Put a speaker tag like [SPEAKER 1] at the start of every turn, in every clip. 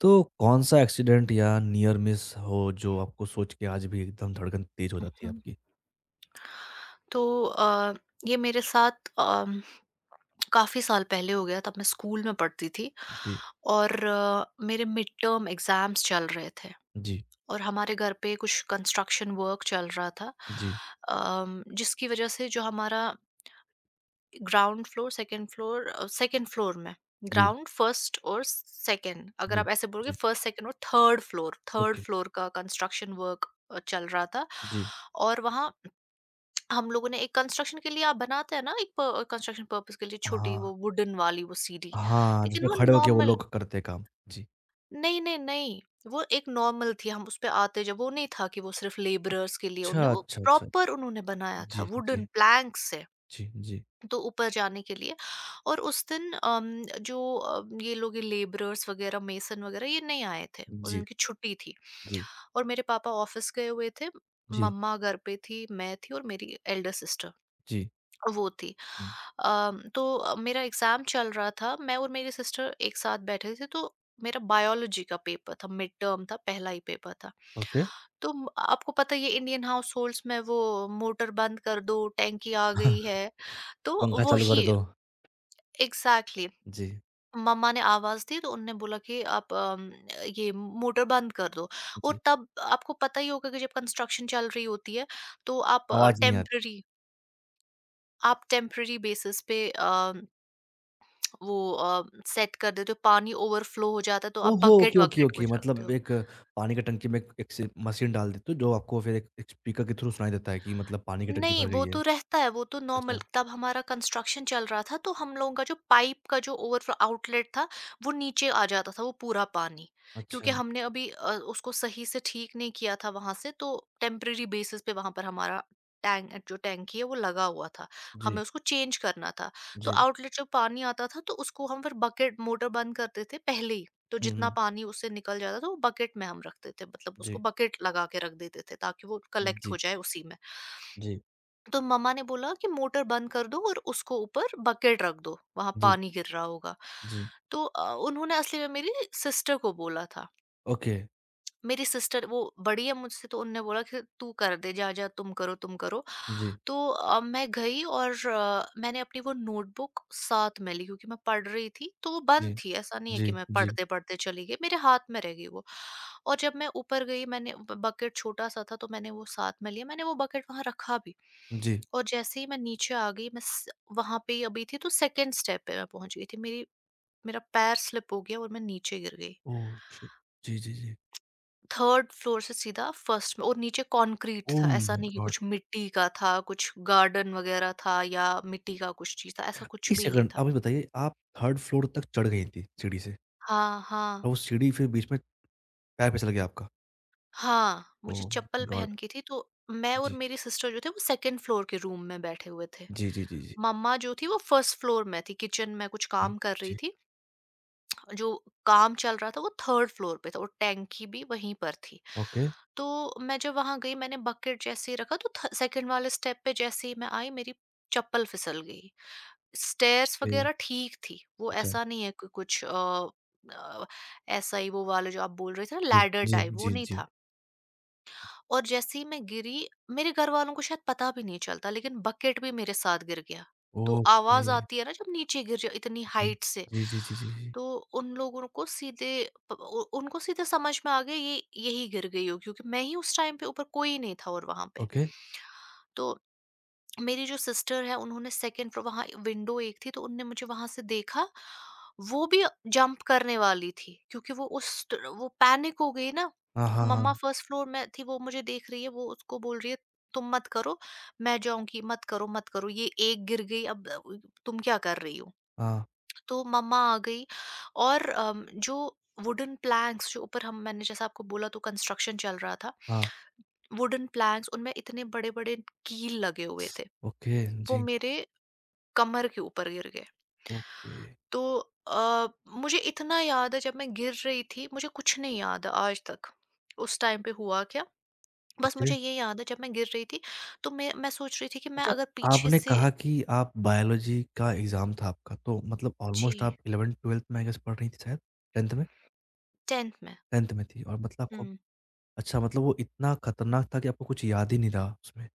[SPEAKER 1] तो कौन सा एक्सीडेंट या नियर मिस हो जो आपको सोच के आज भी एकदम धड़कन तेज हो जाती है
[SPEAKER 2] हुँ।
[SPEAKER 1] आपकी?
[SPEAKER 2] तो ये मेरे साथ काफ़ी साल पहले हो गया, तब मैं स्कूल में पढ़ती थी
[SPEAKER 1] जी,
[SPEAKER 2] और मेरे मिड टर्म एग्ज़ाम्स चल रहे थे
[SPEAKER 1] जी,
[SPEAKER 2] और हमारे घर पे कुछ कंस्ट्रक्शन वर्क चल रहा था।
[SPEAKER 1] जी,
[SPEAKER 2] जिसकी वज़ह से जो हमारा ground floor, second floor second floor में
[SPEAKER 1] जी,
[SPEAKER 2] ग्राउंड, फर्स्ट और सेकंड अगर
[SPEAKER 1] जी,
[SPEAKER 2] आप ऐसे बोलोगे
[SPEAKER 1] जी,
[SPEAKER 2] फर्स्ट, सेकंड और थर्ड
[SPEAKER 1] ओके,
[SPEAKER 2] फ्लोर का कंस्ट्रक्शन वर्क चल रहा था।
[SPEAKER 1] जी।
[SPEAKER 2] और वहाँ हम लोगों ने एक कंस्ट्रक्शन के लिए आप बनाते हैं ना एक प कंस्ट्रक्शन पर्पस के लिए छोटी
[SPEAKER 1] हाँ,
[SPEAKER 2] वो वुडन वाली वो सीढ़ी,
[SPEAKER 1] हाँ,
[SPEAKER 2] लेकिन
[SPEAKER 1] जिसमें
[SPEAKER 2] वो
[SPEAKER 1] खड़े होके वो
[SPEAKER 2] नॉर्मल
[SPEAKER 1] लोग करते हैं काम। जी।
[SPEAKER 2] नहीं, नहीं, नहीं, वो एक नॉर्मल थी हम उसपे आते जब वो नहीं था कि वो सिर्फ़ लेबरर्स के लिए
[SPEAKER 1] अच्छा,
[SPEAKER 2] उन्होंने वो
[SPEAKER 1] अच्छा, अच्छा,
[SPEAKER 2] प्रॉपर
[SPEAKER 1] अच्छा।
[SPEAKER 2] उन्होंने बनाया था
[SPEAKER 1] जी,
[SPEAKER 2] वुडन
[SPEAKER 1] जी,
[SPEAKER 2] प्लैंक्स से,
[SPEAKER 1] जी, जी,
[SPEAKER 2] तो ऊपर जाने के लिए। और उस दिन जो ये लोग ये लेबरर्स वग़ैरह, मेसन वग़ैरह ये नहीं आए थे, उस दिन
[SPEAKER 1] जी,
[SPEAKER 2] की छुट्टी थी।
[SPEAKER 1] जी,
[SPEAKER 2] और मेरे पापा ऑफ़िस गए हुए थे,
[SPEAKER 1] जी,
[SPEAKER 2] मम्मा घर पे थी, मैं थी और मेरी एल्डर सिस्टर।
[SPEAKER 1] जी,
[SPEAKER 2] वो थी।
[SPEAKER 1] हुँ,
[SPEAKER 2] तो मेरा एग्ज़ाम चल रहा था, मैं और मेरी सिस्टर एक साथ बैठे थे, तो मेरा बायोलॉजी का पेपर था, मिड टर्म था, पहला ही पेपर था।
[SPEAKER 1] ओके।
[SPEAKER 2] तो म आपको पता ही है ये इंडियन हाउसहोल्ड्स में वो मोटर बंद कर दो, टंकी आ गई है, तो
[SPEAKER 1] पंखा चालू कर
[SPEAKER 2] वही
[SPEAKER 1] दो।
[SPEAKER 2] एग्ज़ैक्टली।
[SPEAKER 1] जी,
[SPEAKER 2] मम्मा ने आवाज़ दी तो उन्होंने बोला कि आप ये मोटर बंद कर दो। और
[SPEAKER 1] जी,
[SPEAKER 2] तब आपको पता ही होगा कि जब कंस्ट्रक्शन चल रही होती है, तो आप
[SPEAKER 1] आवाज़ नहीं आ
[SPEAKER 2] टेम्परेरी आप टेम्परेरी बेसिस पे वो सेट कर देते हो, पानी ओवरफ्लो हो जाता है तो आप
[SPEAKER 1] ओहो! ओके, ओके,
[SPEAKER 2] बकेट-वकेट
[SPEAKER 1] ओके
[SPEAKER 2] कुछ रखते
[SPEAKER 1] मतलब
[SPEAKER 2] हो।
[SPEAKER 1] एक पानी का टंकी में एक से मशीन डाल देते हो जो आपको फिर एक एक स्पीकर के थ्रू सुनाई देता है कि मतलब पानी की टंकी
[SPEAKER 2] नहीं,
[SPEAKER 1] भर गई
[SPEAKER 2] वो
[SPEAKER 1] है।
[SPEAKER 2] तो रहता है, वो तो नॉर्मल
[SPEAKER 1] अच्छा,
[SPEAKER 2] तब हमारा कंस्ट्रक्शन चल रहा था, तो हम लोगों का जो पाइप का जो ओवरफ्लो आउटलेट था, वो नीचे आ जाता था वो पूरा पानी। क्योंकि
[SPEAKER 1] अच्छा।
[SPEAKER 2] हमने अभी उसको सही से ठीक नहीं किया था वहाँ से, तो टेम्परेरी बेसिस पे वहाँ पर हमारा टैंक जो टैंकी है, वो लगा हुआ था। हमें
[SPEAKER 1] जी,
[SPEAKER 2] उसको चेंज करना था। तो
[SPEAKER 1] जी।
[SPEAKER 2] आउटलेट से पानी आता था, तो उसको हम फिर बकेट मोटर बंद करते थे पहले ही। तो
[SPEAKER 1] हुँ,
[SPEAKER 2] जितना
[SPEAKER 1] हुँ।
[SPEAKER 2] पानी उससे निकल जाता था, वो बकेट में हम रखते थे। मतलब उसको
[SPEAKER 1] जी,
[SPEAKER 2] बकेट लगा के रख देते थे, ताकि वो कलेक्ट हो
[SPEAKER 1] जी,
[SPEAKER 2] जाए उसी में।
[SPEAKER 1] जी,
[SPEAKER 2] तो मम्मा ने बोला कि मोटर बंद कर दो और उसको ऊपर बकेट रख दो वहां
[SPEAKER 1] जी,
[SPEAKER 2] पानी गिर रहा होगा।
[SPEAKER 1] जी।
[SPEAKER 2] तो उन्होंने असली में मेरी सिस्टर को बोला था।
[SPEAKER 1] ओके।
[SPEAKER 2] मेरी सिस्टर वो बड़ी है मुझसे तो उनने बोला कि तू कर दे, जा जा, तुम करो तुम करो।
[SPEAKER 1] जी,
[SPEAKER 2] तो मैं गई और मैंने अपनी वो नोटबुक साथ में ली क्योंकि मैं पढ़ रही थी तो वो बंद
[SPEAKER 1] जी,
[SPEAKER 2] थी, ऐसा नहीं है
[SPEAKER 1] जी,
[SPEAKER 2] कि मैं
[SPEAKER 1] जी,
[SPEAKER 2] पढ़ते पढ़ते चली गई, मेरे हाथ में रह गई वो। और जब मैं ऊपर गई मैंने बकेट छोटा सा था तो मैंने वो साथ में लिया, मैंने वो बकेट वहां रखा भी।
[SPEAKER 1] जी।
[SPEAKER 2] और जैसे ही मैं नीचे आ गई, मैं वहां पे ही अभी थी तो सेकंड स्टेप पे मैं पहुंच गई थी, मेरी मेरा पैर स्लिप हो गया और मैं नीचे गिर गई।
[SPEAKER 1] Oh shit! जी, जी, जी।
[SPEAKER 2] थर्ड फ्लोर से सीधा फर्स्ट में, और नीचे कंक्रीट
[SPEAKER 1] ओह
[SPEAKER 2] था, ऐसा
[SPEAKER 1] माय
[SPEAKER 2] नहीं कि
[SPEAKER 1] गॉड!
[SPEAKER 2] कुछ मिट्टी का था, कुछ गार्डन वगैरह था या मिट्टी का कुछ चीज़ था, ऐसा कुछ
[SPEAKER 1] एक
[SPEAKER 2] भी नहीं
[SPEAKER 1] सेकंड
[SPEAKER 2] था।
[SPEAKER 1] आप ये बताइए आप 3rd फ्लोर तक चढ़ गई थी सीढ़ी से
[SPEAKER 2] हाँ, हाँ।
[SPEAKER 1] और वो सीढ़ी फिर बीच में पैर फिसल गया आपका।
[SPEAKER 2] हाँ, मुझे
[SPEAKER 1] ओह
[SPEAKER 2] चप्पल
[SPEAKER 1] माय
[SPEAKER 2] पहन
[SPEAKER 1] गॉड!
[SPEAKER 2] की थी तो मैं और
[SPEAKER 1] जी।
[SPEAKER 2] मेरी सिस्टर जो थे वो सेकंड फ्लोर के रूम में बैठे हुए थे।
[SPEAKER 1] जी, जी, जी, जी,
[SPEAKER 2] मम्मा जो थी वो फर्स्ट फ्लोर में थी, किचन में कुछ
[SPEAKER 1] जी,
[SPEAKER 2] काम कर रही
[SPEAKER 1] जी।
[SPEAKER 2] थी। जो काम चल रहा था वो थर्ड फ्लोर पे था और टैंकी भी वहीं पर थी।
[SPEAKER 1] ओके।
[SPEAKER 2] तो मैं जब वहां गई मैंने बकेट जैसे ही रखा, तो सेकंड वाले स्टेप पे जैसे ही मैं आई मेरी चप्पल फिसल गई। स्टेयर्स
[SPEAKER 1] ए
[SPEAKER 2] वगैरह ठीक थी वो,
[SPEAKER 1] अच्छा,
[SPEAKER 2] ऐसा नहीं है कि कुछ अ, ऐसा ही वो वाले जो आप बोल रहे थे ना
[SPEAKER 1] जी,
[SPEAKER 2] लैडर
[SPEAKER 1] जी,
[SPEAKER 2] टाइप वो
[SPEAKER 1] जी,
[SPEAKER 2] नहीं
[SPEAKER 1] जी।
[SPEAKER 2] था। और जैसे ही मैं गिरी, मेरे घरवालों को शायद पता भी नहीं चलता, लेकिन बकेट भी मेरे साथ गिर गया। तो आवाज़
[SPEAKER 1] ओके,
[SPEAKER 2] आती है ना जब नीचे गिर जाओ इतनी
[SPEAKER 1] जी।
[SPEAKER 2] हाइट से,
[SPEAKER 1] जी, जी, जी, जी, जी।
[SPEAKER 2] तो उन लोगों को सीधे प उ उनको सीधे समझ में आ गया ये यही गिर गई होगी, क्योंकि मैं ही उस टाइम पे ऊपर, कोई नहीं था और वहाँ पे।
[SPEAKER 1] ओके।
[SPEAKER 2] तो मेरी जो सिस्टर है उन्होंने सेकंड फ्लोर वहाँ विंडो एक थी तो उनने मुझे वहां से देखा, वो भी जंप करने वाली थी क्योंकि वो वो पैनिक हो गई ना।
[SPEAKER 1] हाँ, हाँ,
[SPEAKER 2] मम्मा
[SPEAKER 1] हाँ।
[SPEAKER 2] फर्स्ट फ्लोर में थी, वो मुझे देख रही है, वो उसको बोल रही है तुम मत करो, मैं जाऊंगी, मत करो, मत करो, ये एक गिर गई अब तुम क्या कर रही हो।
[SPEAKER 1] हाँ,
[SPEAKER 2] तो मम्मा आ गई। और जो वुडन प्लैंक्स जो ऊपर हम मैंने जैसा आपको बोला तो कंस्ट्रक्शन चल रहा था,
[SPEAKER 1] हाँ।
[SPEAKER 2] वुडन प्लैंक्स उनमें इतने बड़े बड़े कील लगे हुए थे,
[SPEAKER 1] ओके,
[SPEAKER 2] वो
[SPEAKER 1] जी।
[SPEAKER 2] मेरे कमर के ऊपर गिर गए।
[SPEAKER 1] ओके,
[SPEAKER 2] तो अ, मुझे इतना याद है जब मैं गिर रही थी, मुझे कुछ नहीं याद है आज तक। उस टाइम पे हुआ क्या? बस
[SPEAKER 1] ओके।
[SPEAKER 2] मुझे ये याद है जब मैं गिर रही थी तो मैं सोच रही थी कि मैं
[SPEAKER 1] अच्छा,
[SPEAKER 2] अगर पीछे
[SPEAKER 1] आपने
[SPEAKER 2] से।
[SPEAKER 1] कहा कि आप बायोलॉजी का एग्ज़ाम था आपका, तो मतलब ऑलमोस्ट
[SPEAKER 2] जी,
[SPEAKER 1] आप 11th-12th में आई गेस पढ़ रही थी शायद? 10th में?
[SPEAKER 2] 10th में।
[SPEAKER 1] 10th में थी और मतलब आपको
[SPEAKER 2] हुँ।
[SPEAKER 1] अच्छा मतलब वो इतना खतरनाक था कि आपको कुछ याद ही नहीं रहा उसमें।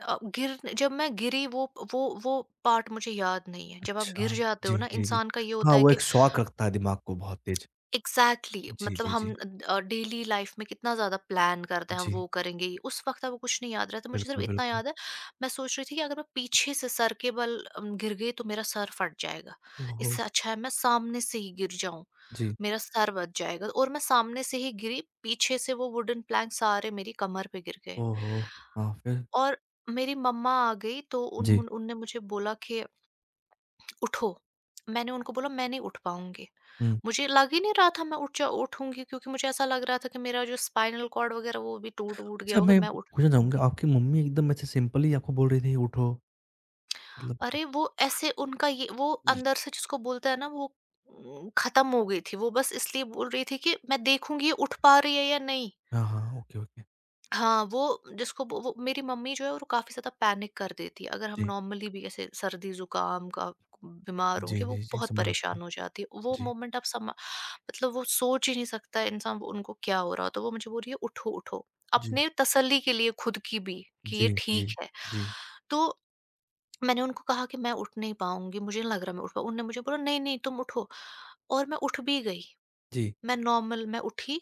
[SPEAKER 2] अ, गिर जब मैं गिरी वो वो पार्ट मुझे याद नहीं है। जब आप गिर
[SPEAKER 1] अच्छा,
[SPEAKER 2] जाते हो
[SPEAKER 1] जी,
[SPEAKER 2] ना
[SPEAKER 1] जी, जी।
[SPEAKER 2] इंसान का ये
[SPEAKER 1] हाँ,
[SPEAKER 2] होता है
[SPEAKER 1] वो
[SPEAKER 2] कि
[SPEAKER 1] एक शॉक रखता है दिमाग को बहुत तेज़।
[SPEAKER 2] एग्ज़ैक्टली
[SPEAKER 1] जी,
[SPEAKER 2] मतलब
[SPEAKER 1] जी,
[SPEAKER 2] हम
[SPEAKER 1] जी।
[SPEAKER 2] डेली लाइफ़ में कितना ज़्यादा प्लान करते हैं, हम
[SPEAKER 1] जी,
[SPEAKER 2] वो करेंगे, ये उस वक़्त अब कुछ नहीं याद रहता। मुझे सिर्फ़
[SPEAKER 1] बिल्कुल,
[SPEAKER 2] इतना
[SPEAKER 1] बिल्कुल।
[SPEAKER 2] याद है, मैं सोच रही थी कि अगर मैं पीछे से सर के बल गिर गई तो मेरा सर फट जाएगा।
[SPEAKER 1] ओह हो!
[SPEAKER 2] इससे अच्छा है मैं सामने से ही गिर जाऊँ,
[SPEAKER 1] जी।
[SPEAKER 2] मेरा सर बच जाएगा। और मैं सामने से ही गिरी, पीछे से वो वुडन प्लैंक सारे मेरी कमर पे गिर गए।
[SPEAKER 1] ओहो! हाँ, फिर?
[SPEAKER 2] और मेरी मम्मा आ गई तो
[SPEAKER 1] जी,
[SPEAKER 2] उन्होंने उनने मुझे बोला कि उठो। मैंने उनको बोला मैं नहीं उठ पाऊँगी।
[SPEAKER 1] हुँ।
[SPEAKER 2] मुझे लग ही नहीं रहा था मैं उठ जा उठूँगी, क्योंकि मुझे ऐसा लग रहा था कि मेरा जो स्पाइनल कॉर्ड वगैरह वो भी टूट-वूट गया
[SPEAKER 1] अच्छा
[SPEAKER 2] होगा,
[SPEAKER 1] मैं
[SPEAKER 2] मैं उठ नहीं
[SPEAKER 1] पूछना चाहूँगा
[SPEAKER 2] पाऊँगी।
[SPEAKER 1] आपकी मम्मी एकदम ऐसे सिंपली आपको बोल रही थी उठो मतलब।
[SPEAKER 2] अरे वो ऐसे उनका ये वो अंदर से जिसको बोलते हैं ना वो खत्म हो गई थी। वो बस इसलिए बोल रही थी कि मैं देखूँगी ये उठ पा रही है या नहीं।
[SPEAKER 1] हाँ, हाँ, ओके, ओके।
[SPEAKER 2] हाँ, वो जिसको वो मेरी मम्मी जो है वो काफ़ी ज़्यादा पैनिक कर देती है। अगर हम
[SPEAKER 1] जी,
[SPEAKER 2] नॉर्मली भी ऐसे सर्दी-ज़ुकाम का बीमार होंगे,
[SPEAKER 1] जी,
[SPEAKER 2] वो
[SPEAKER 1] जी, जी,
[SPEAKER 2] बहुत
[SPEAKER 1] समझ सकता
[SPEAKER 2] परेशान
[SPEAKER 1] हूँ।
[SPEAKER 2] हो जाती है। वो
[SPEAKER 1] जी,
[SPEAKER 2] मोमेंट आप समा, मतलब वो सोच ही नहीं सकता इंसान वो उनको क्या हो रहा हो। तो वो मुझे बोल रही है, "उठो, उठो।"
[SPEAKER 1] जी,
[SPEAKER 2] अपने तसल्ली के लिए, खुद की भी, कि ये
[SPEAKER 1] जी, जी,
[SPEAKER 2] ठीक है।
[SPEAKER 1] जी,
[SPEAKER 2] तो मैंने उनको कहा कि मैं उठ नहीं पाऊँगी, मुझे नहीं लग रहा मैं उठ पाऊँ। उन्होंने मुझे बोला, "नहीं, नहीं तुम उठो।" और मैं उठ भी गई।
[SPEAKER 1] जी,
[SPEAKER 2] मैं नॉर्मल मैं उठी,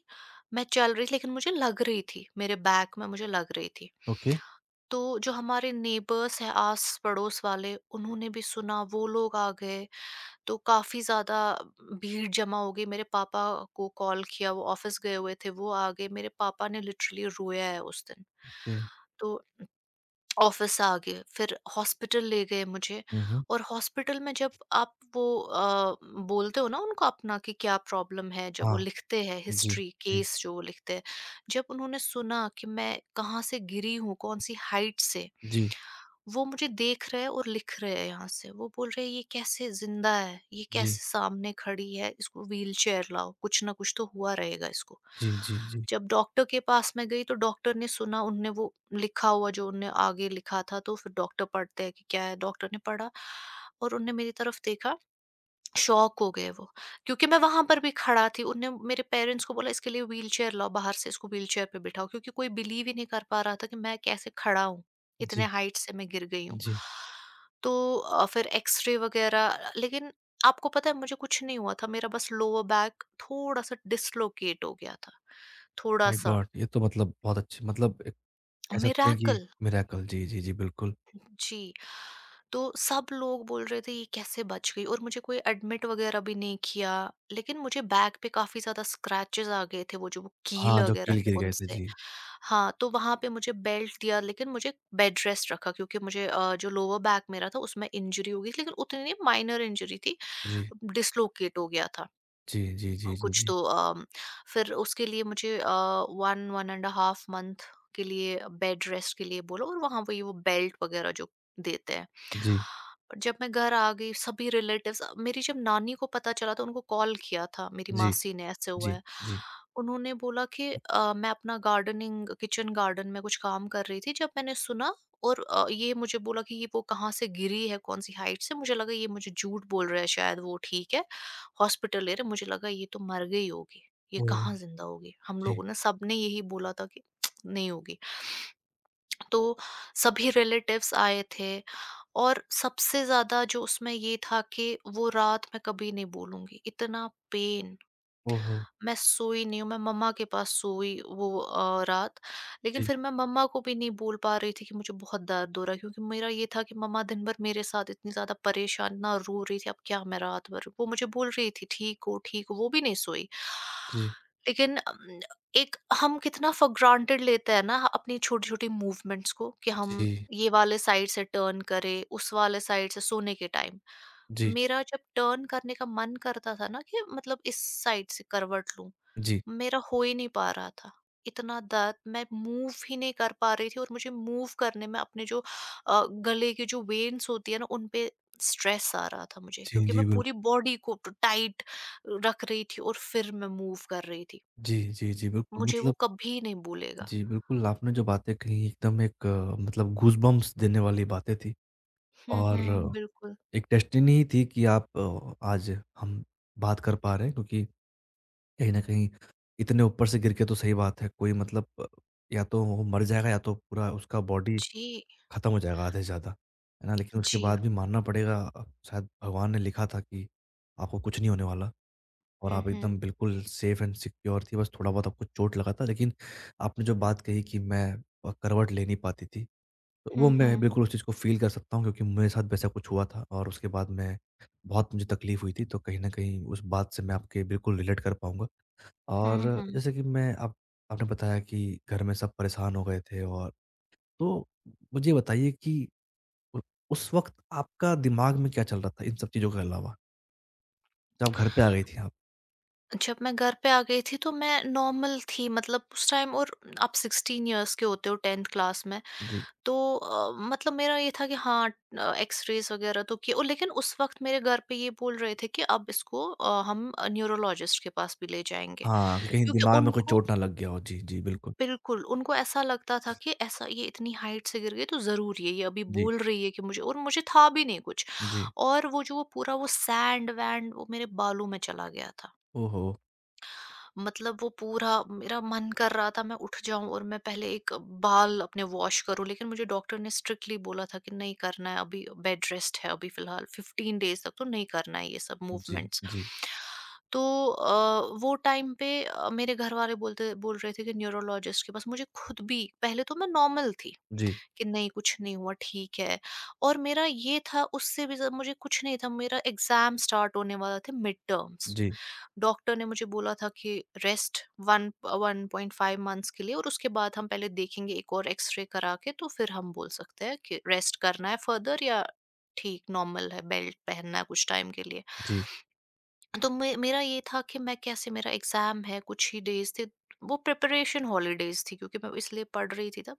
[SPEAKER 2] मैं चल रही थी, लेकिन मुझे लग रही थी, मेरे बैक में मुझे लग रही थी।
[SPEAKER 1] ओके,
[SPEAKER 2] तो जो हमारे नेबर्स हैं आस-पड़ोस वाले, उन्होंने भी सुना, वो लोग आ गए, तो काफ़ी ज़्यादा भीड़ जमा हो गई। मेरे पापा को कॉल किया, वो ऑफ़िस गए हुए थे, वो आ गए। मेरे पापा ने लिटरली रोया है उस दिन।
[SPEAKER 1] ओके।
[SPEAKER 2] तो ऑफ़िस आ गए, फिर हॉस्पिटल ले गए मुझे।
[SPEAKER 1] हुँ, हुँ।
[SPEAKER 2] और हॉस्पिटल में जब आप वो बोलते हो ना उनको अपना कि क्या प्रॉब्लम है, जब वो
[SPEAKER 1] हाँ,
[SPEAKER 2] लिखते हैं
[SPEAKER 1] जी,
[SPEAKER 2] हिस्ट्री
[SPEAKER 1] जी,
[SPEAKER 2] केस जो वो लिखते हैं, जब उन्होंने सुना कि मैं कहाँ से गिरी हूँ, कौन-सी हाइट से,
[SPEAKER 1] जी,
[SPEAKER 2] वो मुझे देख रहे हैं और लिख रहे हैं यहाँ से। वो बोल रहे हैं ये कैसे ज़िंदा है, ये
[SPEAKER 1] जी,
[SPEAKER 2] कैसे सामने खड़ी है, इसको व्हीलचेयर लाओ, कुछ ना कुछ तो हुआ रहेगा इसको।
[SPEAKER 1] जी, जी, जी,
[SPEAKER 2] जब डॉक्टर के पास मैं गई तो डॉक्टर ने सुना, उनने वो लिखा हुआ जो उनने आगे लिखा था तो फिर डॉक्टर पढ़ते हैं कि क्या है, डॉक्टर ने पढ़ा और उनने मेरी तरफ देखा, शॉक हो गए वो, क्योंकि मैं वहाँ पर भी खड़ा थी। उनने मेरे पेरेंट्स को बोला इसके लिए व्हीलचेयर लाओ बाहर से, इसको व्हीलचेयर पे बिठाओ, क्योंकि कोई बिलीव ही नहीं कर पा रहा था कि मैं कैसे खड़ा हूँ, इतने
[SPEAKER 1] जी,
[SPEAKER 2] हाइट से मैं गिर गई हूँ।
[SPEAKER 1] जी।
[SPEAKER 2] तो फिर एक्स-रे वग़ैरह, लेकिन आपको पता है मुझे कुछ नहीं हुआ था, मेरा बस लोअर बैक थोड़ा-सा डिस्लोकेट हो गया था,
[SPEAKER 1] माय
[SPEAKER 2] थोड़ा-सा
[SPEAKER 1] गॉड! ये तो मतलब बहुत अच्छी मतलब एक कह सकते हैं कि
[SPEAKER 2] मिरेकल।
[SPEAKER 1] मिरेकल। जी, जी, जी, बिल्कुल।
[SPEAKER 2] जी। तो सब लोग बोल रहे थे ये कैसे बच गई, और मुझे कोई एडमिट वगैरह भी नहीं किया। लेकिन मुझे बैक पे काफ़ी ज़्यादा स्क्रैचेस आ गए थे वो जो वो कील
[SPEAKER 1] हाँ, जो
[SPEAKER 2] वगैरह
[SPEAKER 1] कील
[SPEAKER 2] थे
[SPEAKER 1] गिर गए थे।
[SPEAKER 2] उनसे।
[SPEAKER 1] जी,
[SPEAKER 2] हाँ, तो वहाँ पे मुझे बेल्ट दिया, लेकिन मुझे बेड रेस्ट रखा क्योंकि मुझे जो लोअर बैक मेरा था उसमें इंजरी हो गई थी, लेकिन उतनी नहीं, माइनर इंजरी थी,
[SPEAKER 1] जी,
[SPEAKER 2] डिस्लोकेट हो गया था।
[SPEAKER 1] जी, जी, जी, जी,
[SPEAKER 2] कुछ
[SPEAKER 1] जी,
[SPEAKER 2] तो फिर उसके लिए मुझे 1 एंड अ हाफ मंथ के लिए बेड रेस्ट के लिए बोला, और वहाँ वही वो बेल्ट वगैरह जो देते हैं।
[SPEAKER 1] जी,
[SPEAKER 2] जब मैं घर आ गई सभी रिलेटिव्स मेरी, जब नानी को पता चला तो उनको कॉल किया था मेरी
[SPEAKER 1] जी।
[SPEAKER 2] मासी ने, ऐसे हुआ
[SPEAKER 1] जी,
[SPEAKER 2] है।
[SPEAKER 1] जी।
[SPEAKER 2] उन्होंने बोला कि मैं अपना गार्डनिंग, किचन गार्डन में कुछ काम कर रही थी जब मैंने सुना। और ये मुझे बोला कि ये वो कहाँ से गिरी है, कौन-सी हाइट से। मुझे लगा ये मुझे झूठ बोल रहा है, शायद वो ठीक है। हॉस्पिटल ले रहे, मुझे लगा ये तो मर गई होगी, ये
[SPEAKER 1] ओह!
[SPEAKER 2] कहाँ जिंदा होगी। हम
[SPEAKER 1] जी।
[SPEAKER 2] लोगों ने सबने यही बोला था कि नहीं होगी। तो सभी रिलेटिव्स आए थे, और सबसे ज्यादा जो उसमें ये था कि वो रात मैं कभी नहीं बोलूंगी, इतना पेन।
[SPEAKER 1] ओहो!
[SPEAKER 2] मैं सोई नहीं हूँ, मैं मम्मा के पास सोई वो रात। लेकिन
[SPEAKER 1] जी,
[SPEAKER 2] फिर मैं मम्मा को भी नहीं बोल पा रही थी कि मुझे बहुत दर्द हो रहा है, क्योंकि मेरा ये था कि मम्मा दिन भर मेरे साथ इतनी ज़्यादा परेशान ना रो रही थी, अब क्या मैं रात भर। वो मुझे बोल रही थी, "ठीक हो, ठीक हो।" वो भी नहीं सोई।
[SPEAKER 1] जी,
[SPEAKER 2] लेकिन एक, हम कितना फ़ॉर ग्रांटेड लेते हैं ना अपनी छोटी-छोटी मूवमेंट्स को, कि हम
[SPEAKER 1] जी,
[SPEAKER 2] ये वाले साइड से टर्न करें, उस वाले साइड से, सोने के टाइम।
[SPEAKER 1] जी,
[SPEAKER 2] मेरा जब टर्न करने का मन करता था ना, कि मतलब इस साइड से करवट लूं,
[SPEAKER 1] जी।
[SPEAKER 2] मेरा हो ही नहीं पा रहा था। इतना दर्द, मैं मूव ही नहीं कर पा रही थी, और मुझे मूव करने में अपने जो गले की जो वेन्स होती है ना, उन पे स्ट्रेस आ रहा था मुझे,
[SPEAKER 1] जी,
[SPEAKER 2] क्योंकि मैं
[SPEAKER 1] जी, बिल्क
[SPEAKER 2] पूरी बॉडी को टाइट रख रही थी और फिर मैं मूव कर रही थी।
[SPEAKER 1] जी, जी, जी, बिल्कुल
[SPEAKER 2] मुझे वो
[SPEAKER 1] मतलब।
[SPEAKER 2] कभी नहीं भूलेगा।
[SPEAKER 1] जी, बिल्कुल आपने जो बातें कही एकदम एक मतलब गूज़बम्प्स देने वाली बातें थी।
[SPEAKER 2] हम्म,
[SPEAKER 1] और
[SPEAKER 2] हम्म, बिल्कुल।
[SPEAKER 1] एक डेस्टिनी ही थी कि आप आज हम बात कर पा रहे हैं क्योंकि कहीं न कहीं इतने ऊपर से गिर के तो सही बात है कोई मतलब या तो वो मर जाएगा या तो पूरा उसका बॉडी
[SPEAKER 2] जी,
[SPEAKER 1] खत्म हो जाएगा आधे से ज़्यादा, है ना? लेकिन उसके
[SPEAKER 2] जी।
[SPEAKER 1] बाद भी मानना पड़ेगा शायद भगवान ने लिखा था कि आपको कुछ नहीं होने वाला और
[SPEAKER 2] हम्म,
[SPEAKER 1] आप
[SPEAKER 2] हम्म।
[SPEAKER 1] एकदम बिल्कुल सेफ एंड सिक्योर थी, बस थोड़ा-बहुत आपको चोट लगा था। लेकिन आपने जो बात कही कि मैं करवट ले नहीं पाती थी, तो वो मैं
[SPEAKER 2] हम्म,
[SPEAKER 1] बिल्कुल उस चीज़ को फ़ील कर सकता हूँ क्योंकि मेरे साथ वैसा कुछ हुआ था और उसके बाद मैं बहुत मुझे तकलीफ़ हुई थी, तो कहीं न कहीं उस बात से मैं आपके बिल्कुल रिलेट कर पाऊँगा।
[SPEAKER 2] हम्म,
[SPEAKER 1] और
[SPEAKER 2] हम्म।
[SPEAKER 1] जैसे कि मैं आप आपने बताया कि घर में सब परेशान हो गए थे और तो मुझे ये बताइए कि उ उस वक़्त आपका दिमाग में क्या चल रहा था इन सब चीज़ों के अलावा? जब आप घर पे आ गई थी आप?
[SPEAKER 2] जब मैं घर पे आ गई थी तो मैं नॉर्मल थी, मतलब उस टाइम। और आप 16 इयर्स के होते हो, 10th क्लास में,
[SPEAKER 1] जी।
[SPEAKER 2] तो मतलब मेरा ये था कि हाँ, एक्सरेज वगैरह तो किए। और लेकिन उस वक्त मेरे घर पे ये बोल रहे थे कि अब इसको हम न्यूरोलॉजिस्ट के पास भी ले जाएंगे,
[SPEAKER 1] हाँ, कि कहीं
[SPEAKER 2] क्योंकि
[SPEAKER 1] दिमाग में कोई
[SPEAKER 2] उनको,
[SPEAKER 1] चोट ना लग गया हो। जी, जी, बिल्कुल।
[SPEAKER 2] बिल्कुल उनको ऐसा लगता था कि ऐसा, ये इतनी हाइट से गिर गई, तो ज़रूर ये अभी
[SPEAKER 1] जी,
[SPEAKER 2] बोल रही है कि मुझे, और मुझे था भी नहीं कुछ।
[SPEAKER 1] जी।
[SPEAKER 2] और वो जो वो पूरा, वो सैंड वैंड वो मेरे बालों में चला गया था,
[SPEAKER 1] ओहो!
[SPEAKER 2] मतलब वो पूरा। मेरा मन कर रहा था मैं उठ जाऊँ और मैं पहले एक बाल अपने वॉश करूँ, लेकिन मुझे डॉक्टर ने स्ट्रिक्टली बोला था कि नहीं करना है, अभी बेड रेस्ट है, अभी फिलहाल 15 डेज तक तो नहीं करना है ये सब
[SPEAKER 1] जी,
[SPEAKER 2] मूवमेंट्स।
[SPEAKER 1] जी,
[SPEAKER 2] तो वो टाइम पे मेरे घर वाले बोल रहे थे कि न्यूरोलॉजिस्ट के पास। मुझे खुद भी, पहले तो मैं नॉर्मल थी
[SPEAKER 1] जी,
[SPEAKER 2] कि नहीं, कुछ नहीं हुआ, ठीक है। और मेरा ये था, उससे भी ज्यादा मुझे कुछ नहीं था, मेरा एग्जाम स्टार्ट होने वाला थे, मिड टर्म्स।
[SPEAKER 1] जी,
[SPEAKER 2] डॉक्टर ने मुझे बोला था कि रेस्ट, वन 1.5 मंथ्स के लिए, और उसके बाद हम पहले देखेंगे एक और एक्सरे करा के, तो फिर हम बोल सकते हैं कि रेस्ट करना है फर्दर, या ठीक नॉर्मल है, बेल्ट पहनना है कुछ टाइम के लिए।
[SPEAKER 1] जी,
[SPEAKER 2] तो मेरा ये था कि मैं कैसे, मेरा एग्जाम है, कुछ ही डेज थे, वो प्रिपरेशन हॉलीडेज थी, क्योंकि मैं इसलिए पढ़ रही थी तब।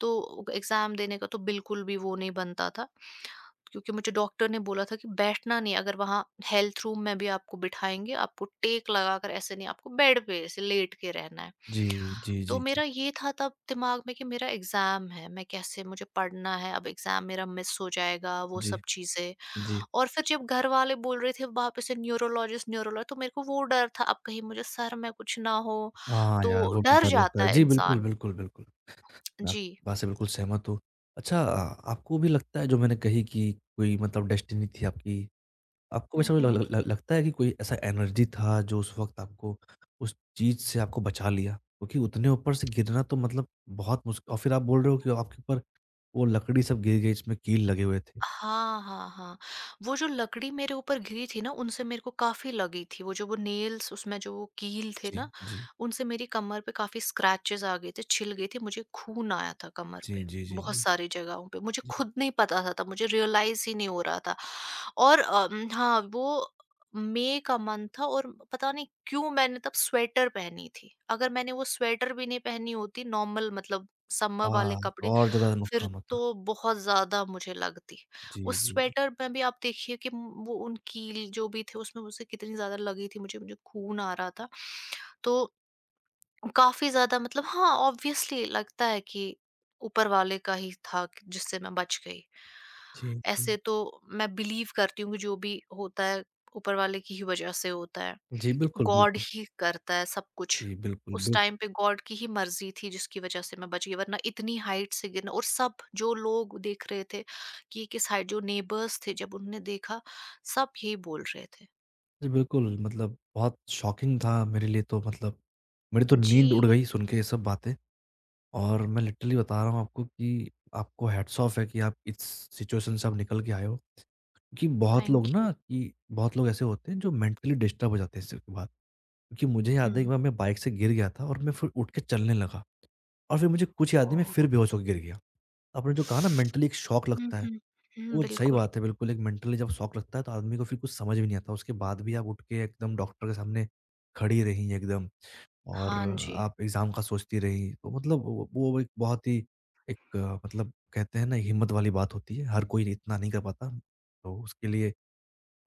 [SPEAKER 2] तो एग्ज़ाम देने का तो बिल्कुल भी वो नहीं बनता था। क्योंकि मुझे डॉक्टर ने बोला था कि बैठना नहीं, अगर वहाँ हेल्थ रूम में भी आपको बिठाएँगे, आपको टेक लगाकर ऐसे नहीं, आपको बेड पे ऐसे लेट के रहना है।
[SPEAKER 1] जी, जी,
[SPEAKER 2] तो
[SPEAKER 1] जी, जी,
[SPEAKER 2] मेरा ये था तब दिमाग में कि मेरा एग्ज़ाम है, मैं कैसे, मुझे पढ़ना है, अब एग्ज़ाम मेरा मिस हो जाएगा, वो
[SPEAKER 1] जी,
[SPEAKER 2] सब चीज़ें।
[SPEAKER 1] जी।
[SPEAKER 2] और फिर जब घर वाले बोल रहे थे वापस से, न्यूरोलॉजिस्ट न्यूरोलॉजिस्ट, तो मेरे को वो डर था, अब कहीं मुझे सर में कुछ ना हो,
[SPEAKER 1] हाँ, यार
[SPEAKER 2] तो
[SPEAKER 1] वो भी
[SPEAKER 2] डर
[SPEAKER 1] डर लगता
[SPEAKER 2] जाता
[SPEAKER 1] है।
[SPEAKER 2] है
[SPEAKER 1] जी, बिल्कुल,
[SPEAKER 2] इंसान।
[SPEAKER 1] बिल्कुल, बिल्कुल। मैं
[SPEAKER 2] जी।
[SPEAKER 1] आपकी बात से बिल्कुल सहमत हूँ। अच्छा आपको भी लगता है जो मैंने कही कि कोई मतलब डेस्टिनी थी आपकी आपको
[SPEAKER 2] हुँ,
[SPEAKER 1] वैसा भी ल
[SPEAKER 2] हुँ।
[SPEAKER 1] ल लगता है कि कोई ऐसा एनर्जी था जो उस वक़्त आपको उस चीज़ से आपको बचा लिया? क्योंकि उतने ऊपर से गिरना तो मतलब बहुत मुश्क और फिर आप बोल रहे हो कि आपके ऊपर वो लकड़ी सब गिर गई, इसमें कील लगे हुए थे।
[SPEAKER 2] हाँ, हाँ, हाँ। वो जो लकड़ी मेरे ऊपर गिरी थी ना, उनसे मेरे को काफ़ी लगी थी। वो जो वो नेल्स, उसमें जो वो कील थे ना,
[SPEAKER 1] जी, जी।
[SPEAKER 2] उनसे मेरी कमर पे काफ़ी स्क्रैचेज़ आ गए थे, छिल गई थी। मुझे खून आया था कमर
[SPEAKER 1] जी,
[SPEAKER 2] पे,
[SPEAKER 1] जी, जी,
[SPEAKER 2] बहुत
[SPEAKER 1] जी,
[SPEAKER 2] सारी जगहों पे। मुझे
[SPEAKER 1] जी।
[SPEAKER 2] खुद नहीं पता था तब, मुझे रियलाइज़ ही नहीं हो रहा था। और हाँ, वो मई का मंथ था और पता नहीं क्यों मैंने तब स्वेटर पहनी थी। अगर मैंने वो स्वेटर भी नहीं पहनी होती, नॉर्मल मतलब समर वाले
[SPEAKER 1] हाँ, तो
[SPEAKER 2] कपड़े,
[SPEAKER 1] और ज़्यादा
[SPEAKER 2] फिर
[SPEAKER 1] नुकसान होता।
[SPEAKER 2] तो बहुत ज़्यादा मुझे लगती। उस
[SPEAKER 1] जी, जी, जी।
[SPEAKER 2] स्वेटर में भी आप देखिए कि वो उन कील जो भी थे, उसमें मुझसे कितनी ज्यादा लगी थी, मुझे मुझे खून आ रहा था। तो काफी ज्यादा, मतलब हाँ ऑब्वियसली लगता है कि ऊपर वाले का ही था जिससे मैं बच गई।
[SPEAKER 1] जी, जी।
[SPEAKER 2] ऐसे तो मैं बिलीव करती हूँ कि जो भी होता है ऊपर वाले की ही वजह से होता है,
[SPEAKER 1] जी, बिल्कुल,
[SPEAKER 2] गॉड
[SPEAKER 1] बिल्कुल।
[SPEAKER 2] ही करता है सब कुछ।
[SPEAKER 1] जी, बिल्कुल,
[SPEAKER 2] उस
[SPEAKER 1] बिल
[SPEAKER 2] टाइम पे गॉड की ही मर्ज़ी थी जिसकी वज़ह से मैं बच गई, वरना इतनी हाइट से गिरना। और सब जो लोग देख रहे थे कि ये किस हाइट, जो नेबर्स थे जब उन्होंने देखा, सब यही बोल रहे थे।
[SPEAKER 1] जी, बिल्कुल मतलब बहुत शॉकिंग था मेरे लिए तो मतलब मेरी तो नींद
[SPEAKER 2] जी,
[SPEAKER 1] उड़ गई सुन के ये सब बातें। और मैं लिटरली बता रहा हूँ आपको कि आपको हैट्स ऑफ है कि आप इस सिचुएशन से आप निकल के आए हो। क्योंकि
[SPEAKER 2] थैंक यू।
[SPEAKER 1] बहुत लोग ऐसे होते हैं जो मेंटली डिस्टर्ब हो जाते हैं इस चीज़ के बाद। क्योंकि मुझे याद है
[SPEAKER 2] हुँ,
[SPEAKER 1] एक बार मैं बाइक से गिर गया था और मैं फिर उठ के चलने लगा और फिर मुझे कुछ याद नहीं मैं फिर
[SPEAKER 2] ओह!
[SPEAKER 1] बेहोश होके गिर गया। आपने जो कहा ना मेंटली एक शॉक
[SPEAKER 2] हुँ,
[SPEAKER 1] लगता है,
[SPEAKER 2] हुँ। हुँ,
[SPEAKER 1] वो सही
[SPEAKER 2] बिल्कुल।
[SPEAKER 1] बात है, बिल्कुल एक मेंटली जब शॉक लगता है तो आदमी को फिर कुछ समझ भी नहीं आता। उसके बाद भी आप उठ के एकदम डॉक्टर के सामने खड़ी रहीं एकदम। और
[SPEAKER 2] हाँ जी,
[SPEAKER 1] आप एग्ज़ाम का सोचती रहीं। तो मतलब वो एक बहुत ही एक मतलब कहते हैं ना हिम्मत वाली बात होती है, हर कोई इतना नहीं कर पाता। तो उसके लिए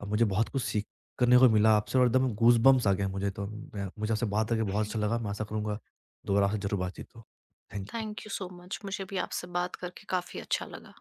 [SPEAKER 1] अब मुझे बहुत कुछ सीखने को मिला आपसे और एकदम गूज़बम्प्स आ गए मुझे तो। मैं मुझे आपसे बात करके बहुत अच्छा लगा। मैं आशा करूँगा दोबारा आपसे ज़रूर बातचीत हो। Thank you.
[SPEAKER 2] Thank you so much. मुझे भी आपसे बात करके काफ़ी अच्छा लगा।